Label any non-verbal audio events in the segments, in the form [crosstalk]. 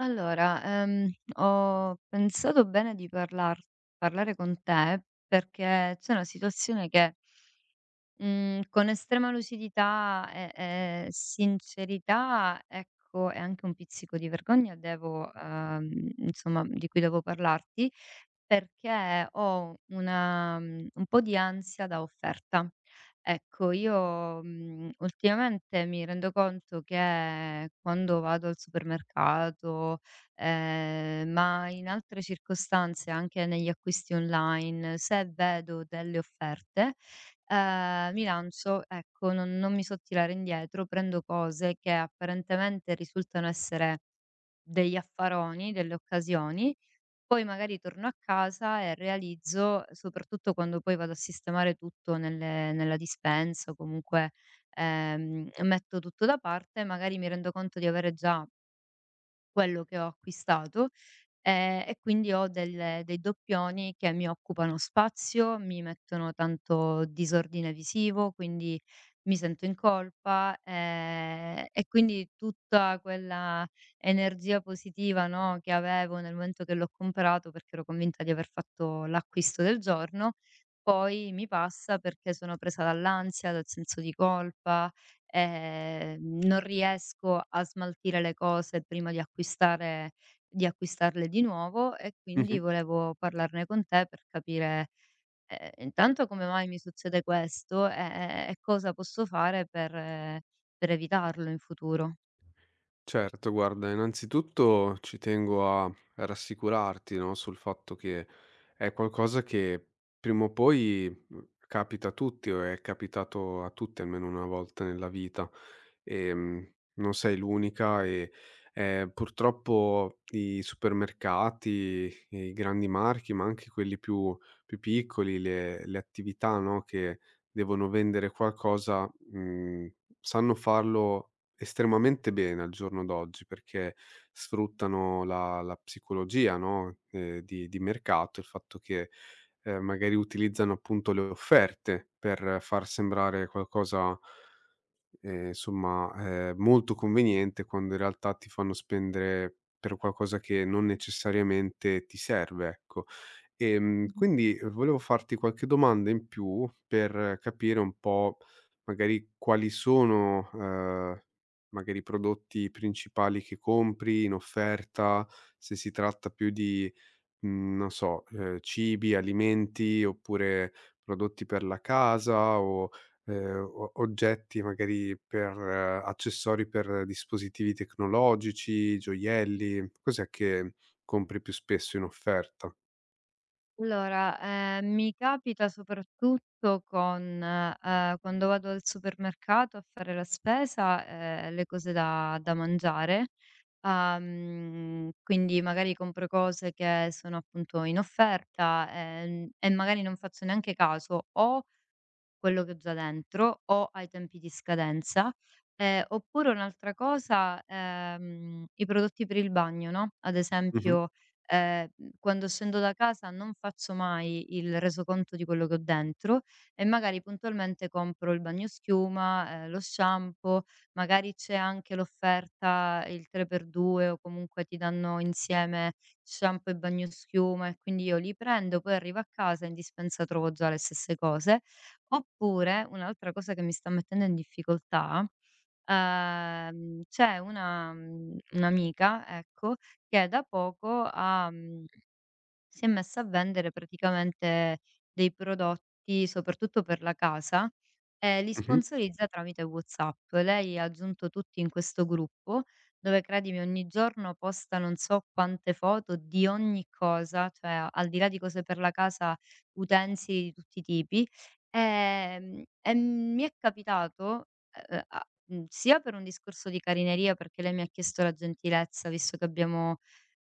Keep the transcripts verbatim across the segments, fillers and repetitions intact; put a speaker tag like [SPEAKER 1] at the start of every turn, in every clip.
[SPEAKER 1] Allora, ehm, ho pensato bene di parlar parlare con te perché c'è una situazione che, mhmm, con estrema lucidità e e sincerità, ecco, e anche un pizzico di vergogna devo ehm, insomma di cui devo parlarti, perché ho una mhmm, un po' di ansia da offerta. Ecco, io, mhmm, ultimamente mi rendo conto che quando vado al supermercato, ehm, ma in altre circostanze anche negli acquisti online, se vedo delle offerte, ehm, mi lancio, ecco, non non mi so tirare indietro, prendo cose che apparentemente risultano essere degli affaroni, delle occasioni, poi magari torno a casa e realizzo, soprattutto quando poi vado a sistemare tutto nelle nella dispensa o comunque, ehm, metto tutto da parte, magari mi rendo conto di avere già quello che ho acquistato. Ehm, e quindi ho del dei doppioni che mi occupano spazio, mi mettono tanto disordine visivo, quindi mi sento in colpa, ehm, e quindi tutta quella energia positiva, no, che avevo nel momento che l'ho comprato, perché ero convinta di aver fatto l'acquisto del giorno, poi mi passa perché sono presa dall'ansia, dal senso di colpa, ehm, non riesco a smaltire le cose prima di acquistare di acquistarle di nuovo e quindi
[SPEAKER 2] Mh-mh.
[SPEAKER 1] volevo parlarne con te per capire, ehm, intanto come mai mi succede questo, e e e cosa posso fare per eh, per evitarlo in futuro.
[SPEAKER 2] Certo, guarda, innanzitutto ci tengo a rassicurarti, no, sul fatto che è qualcosa che prima o poi, mhmm, capita a tutti o è capitato a tutti almeno una volta nella vita. Ehm, non sei l'unica e, ehm, purtroppo i supermercati, i grandi marchi, ma anche quelli più più piccoli, le le attività, no, che devono vendere qualcosa, mhmm, sanno farlo estremamente bene al giorno d'oggi, perché sfruttano la la psicologia, no, ehm, di di mercato, il fatto che, ehm, magari utilizzano appunto le offerte per far sembrare qualcosa, ehm, insomma, ehm, molto conveniente, quando in realtà ti fanno spendere per qualcosa che non necessariamente ti serve, ecco. Ehm, quindi ehm, volevo farti qualche domanda in più per capire un po' magari quali sono, ehm, magari i prodotti principali che compri in offerta, se si tratta più di, mhmm, non so, ehm, cibi, alimenti oppure prodotti per la casa o, ehm, o oggetti magari per eh, accessori per dispositivi tecnologici, gioielli. Cos'è che compri più spesso in offerta?
[SPEAKER 1] Allora, ehm, mi capita soprattutto con ehm, quando vado al supermercato a fare la spesa, ehm, le cose da da mangiare, uhm, quindi magari compro cose che sono appunto in offerta, ehm, e magari non faccio neanche caso o quello che ho già dentro, o ai tempi di scadenza, ehm, oppure un'altra cosa, ehm, i prodotti per il bagno, no, ad
[SPEAKER 2] Mh-mh.
[SPEAKER 1] esempio, ehm, quando scendo da casa non faccio mai il resoconto di quello che ho dentro e magari puntualmente compro il bagnoschiuma, ehm, lo shampoo, magari c'è anche l'offerta il tre per due o comunque ti danno insieme shampoo e bagnoschiuma e quindi io li prendo, poi arrivo a casa in dispensa trovo già le stesse cose. Oppure, un'altra cosa che mi sta mettendo in difficoltà, ehm, c'è una mhmm, un'amica, ecco, che da poco ha, mhmm si è messa a vendere praticamente dei prodotti, soprattutto per la casa, e li
[SPEAKER 2] Mh-mh.
[SPEAKER 1] sponsorizza tramite WhatsApp. Lei ha aggiunto tutti in questo gruppo, dove credimi ogni giorno posta non so quante foto di ogni cosa, cioè al di là di cose per la casa, utensili di tutti i tipi. Ehm, e mi è capitato, ehm, a mhmm, sia per un discorso di carineria, perché lei mi ha chiesto la gentilezza, visto che abbiamo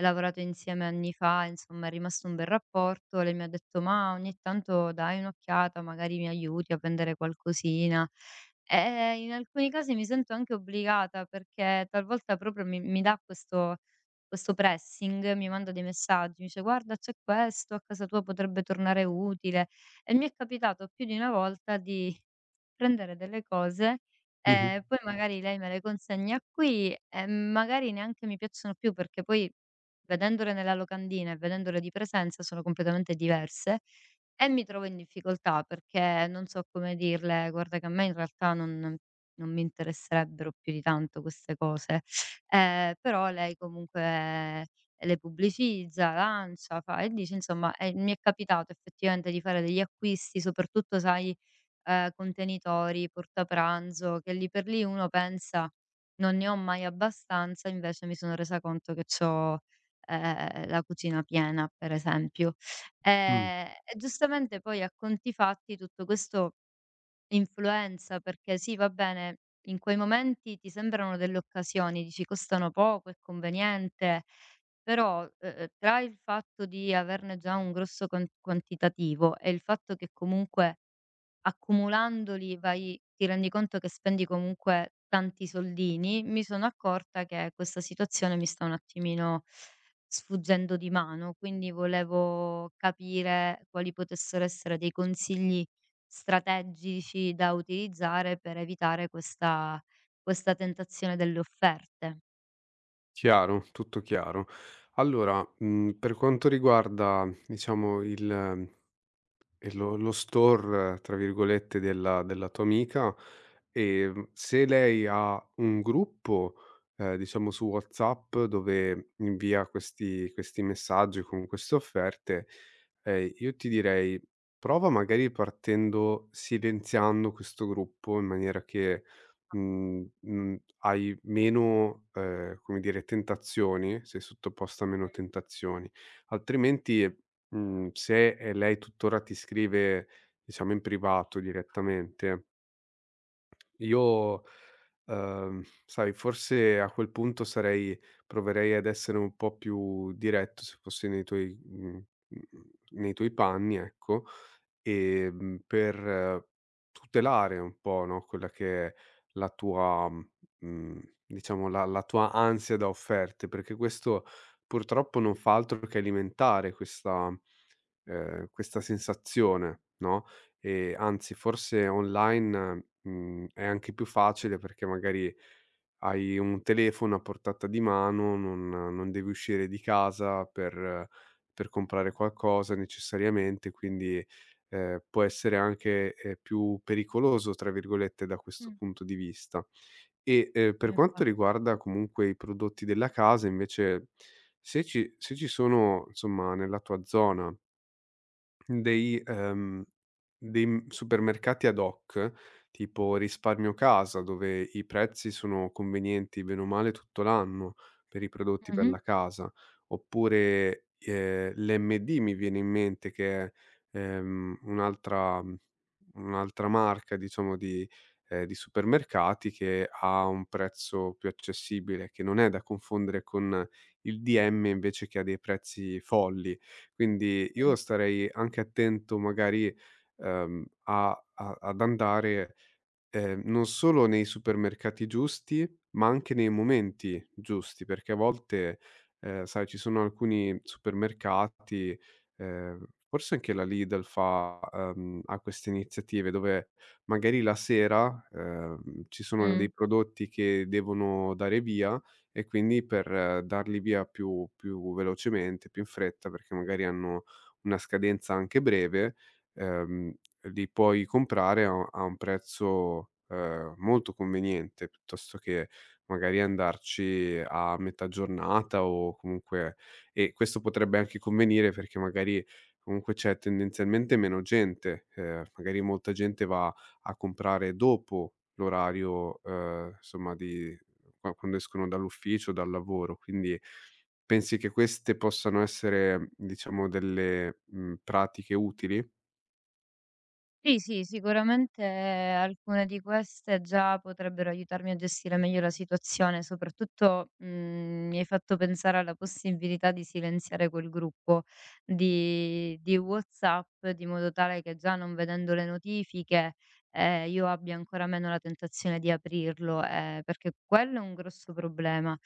[SPEAKER 1] lavorato insieme anni fa, insomma è rimasto un bel rapporto. Lei mi ha detto: "Ma ogni tanto dai un'occhiata, magari mi aiuti a vendere qualcosina". Ehm, in alcuni casi mi sento anche obbligata perché talvolta proprio mi mi dà questo questo pressing, mi manda dei messaggi, mi dice: "Guarda c'è questo, a casa tua potrebbe tornare utile". E mi è capitato più di una volta di prendere delle cose
[SPEAKER 2] Mh-mh.
[SPEAKER 1] e poi magari lei me le consegna qui e magari neanche mi piacciono più perché poi vedendole nella locandina e vedendole di presenza sono completamente diverse e mi trovo in difficoltà perché non so come dirle: "Guarda che a me in realtà non non mi interesserebbero più di tanto queste cose". Ehm, però lei comunque le pubblicizza, lancia, fa e dice, insomma, e mi è capitato effettivamente di fare degli acquisti, soprattutto sai ehm, contenitori, portapranzo, che lì per lì uno pensa: "Non ne ho mai abbastanza", invece mi sono resa conto che c'ho, ehm, la cucina piena, per esempio. Ehm,
[SPEAKER 2] Mh.
[SPEAKER 1] e giustamente poi a conti fatti tutto questo influenza, perché sì, va bene, in quei momenti ti sembrano delle occasioni, dici: "Costano poco, è conveniente", però, uhm, tra il fatto di averne già un grosso quan quantitativo e il fatto che comunque accumulandoli vai ti rendi conto che spendi comunque tanti soldini, mi sono accorta che questa situazione mi sta un attimino sfuggendo di mano, quindi volevo capire quali potessero essere dei consigli strategici da utilizzare per evitare questa questa tentazione delle offerte.
[SPEAKER 2] Chiaro, tutto chiaro. Allora, mhmm, per quanto riguarda, diciamo, il E lo lo store, tra virgolette, della della tua amica, ehm, se lei ha un gruppo, ehm, diciamo su WhatsApp dove invia questi questi messaggi con queste offerte, ehm, io ti direi: prova magari partendo silenziando questo gruppo in maniera che, mhmm, mhmm, hai meno, ehm, come dire, tentazioni, sei sottoposta a meno tentazioni, altrimenti Mhmm, se, ehm, lei tuttora ti scrive, diciamo in privato direttamente, io, uhm, sai, forse a quel punto sarei proverei ad essere un po' più diretto se fossi nei tuoi mhmm, mhmm, nei tuoi panni ecco, ehm, per eh, tutelare un po', no, quella che è la tua mhmm, diciamo la la tua ansia da offerte, perché questo purtroppo non fa altro che alimentare questa ehm, questa sensazione, no, ehm, anzi forse online, mhmm, è anche più facile perché magari hai un telefono a portata di mano, non non devi uscire di casa per per comprare qualcosa necessariamente, quindi, ehm, può essere anche, ehm, "più pericoloso" tra virgolette da questo
[SPEAKER 1] Mh,
[SPEAKER 2] punto di vista. E, ehm,
[SPEAKER 1] sì.
[SPEAKER 2] per quanto
[SPEAKER 1] Infa
[SPEAKER 2] riguarda comunque i prodotti della casa invece, se ci se ci sono, insomma, nella tua zona dei ehm, dei, mhmm, supermercati ad hoc, tipo Risparmio Casa, dove i prezzi sono convenienti bene o male tutto l'anno per i prodotti per
[SPEAKER 1] Mh-mh,
[SPEAKER 2] la casa, oppure, ehm, l'emme di mi viene in mente che è, ehm, un'altra mhmm, un'altra marca diciamo di ehm, di supermercati che ha un prezzo più accessibile, che non è da confondere con il di emme invece che ha dei prezzi folli. Quindi io
[SPEAKER 1] mh,
[SPEAKER 2] starei anche attento magari, ehm, a a ad andare Ehm, non solo nei supermercati giusti, ma anche nei momenti giusti, perché a volte, ehm, sai, ci sono alcuni supermercati, ehm, forse anche la Lidl fa uhm, ha queste iniziative dove magari la sera, ehm, ci sono
[SPEAKER 1] mh.
[SPEAKER 2] dei prodotti che devono dare via e quindi per eh, darli via più più velocemente, più in fretta, perché magari hanno una scadenza anche breve, ehm, li puoi comprare a a un prezzo, ehm, molto conveniente, piuttosto che magari andarci a metà giornata o comunque e questo potrebbe anche convenire perché magari comunque c'è tendenzialmente meno gente, ehm, magari molta gente va a comprare dopo l'orario, ehm, insomma di qua quando escono dall'ufficio, dal lavoro. Quindi pensi che queste possano essere, diciamo, delle, mhmm, pratiche utili?
[SPEAKER 1] Sì, sì, sicuramente eh, alcune di queste già potrebbero aiutarmi a gestire meglio la situazione, soprattutto mh, mi hai fatto pensare alla possibilità di silenziare quel gruppo di, di WhatsApp, di modo tale che già non vedendo le notifiche eh, io abbia ancora meno la tentazione di aprirlo, eh, perché quello è un grosso problema.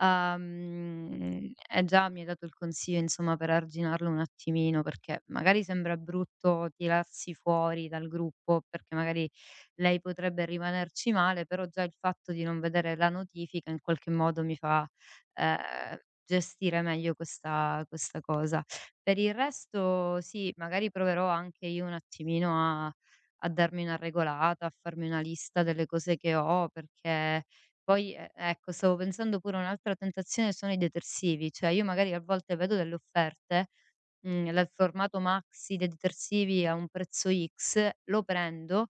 [SPEAKER 1] Uhm, e già mi hai dato il consiglio insomma per arginarlo un attimino, perché magari sembra brutto tirarsi fuori dal gruppo, perché magari lei potrebbe rimanerci male, però già il fatto di non vedere la notifica in qualche modo mi fa, ehm, gestire meglio questa questa cosa. Per il resto sì, magari proverò anche io un attimino a a darmi una regolata, a farmi una lista delle cose che ho, perché poi, e ecco, stavo pensando pure a un'altra tentazione sono i detersivi, cioè io magari a volte vedo delle offerte, mhmm, la il formato maxi dei detersivi a un prezzo X, lo prendo,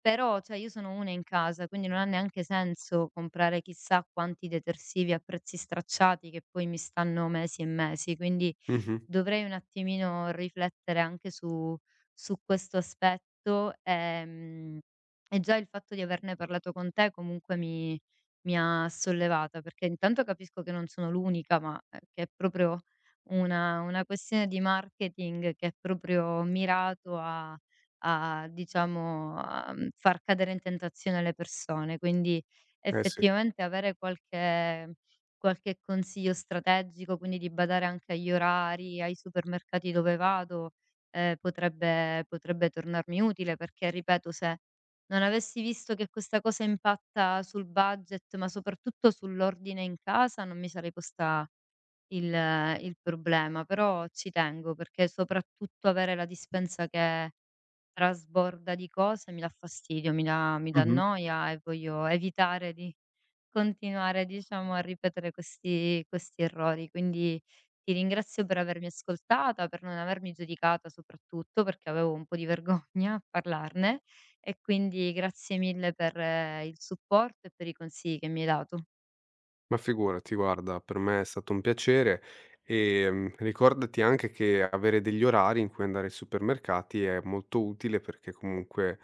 [SPEAKER 1] però, cioè, io sono una in casa, quindi non ha neanche senso comprare chissà quanti detersivi a prezzi stracciati che poi mi stanno mesi e mesi, quindi
[SPEAKER 2] Mh-mh.
[SPEAKER 1] dovrei un attimino riflettere anche su su questo aspetto, ehm, e già il fatto di averne parlato con te comunque mi mi ha sollevata, perché intanto capisco che non sono l'unica, ma, ehm, che è proprio una una questione di marketing che è proprio mirato a a diciamo, a, mhmm, far cadere in tentazione le persone. Quindi
[SPEAKER 2] Eh sì.
[SPEAKER 1] effettivamente avere qualche qualche consiglio strategico, quindi di badare anche agli orari, ai supermercati dove vado, ehm, potrebbe potrebbe tornarmi utile perché, ripeto, se non avessi visto che questa cosa impatta sul budget, ma soprattutto sull'ordine in casa, non mi sarei posta il il problema. Però ci tengo perché soprattutto avere la dispensa che trasborda di cose, mi dà fastidio, mi dà mi dà
[SPEAKER 2] Mh-mh.
[SPEAKER 1] noia e voglio evitare di continuare, diciamo, a ripetere questi questi errori. Quindi ti ringrazio per avermi ascoltata, per non avermi giudicata soprattutto, perché avevo un po' di [laughs] vergogna a parlarne e quindi grazie mille per eh, il supporto e per i consigli che mi hai dato.
[SPEAKER 2] Ma figurati, guarda, per me è stato un piacere. Ehm, ricordati anche che avere degli orari in cui andare ai supermercati è molto utile perché comunque,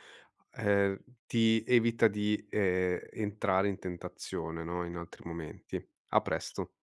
[SPEAKER 2] ehm, ti evita di, ehm, entrare in tentazione, no, in altri momenti. A presto.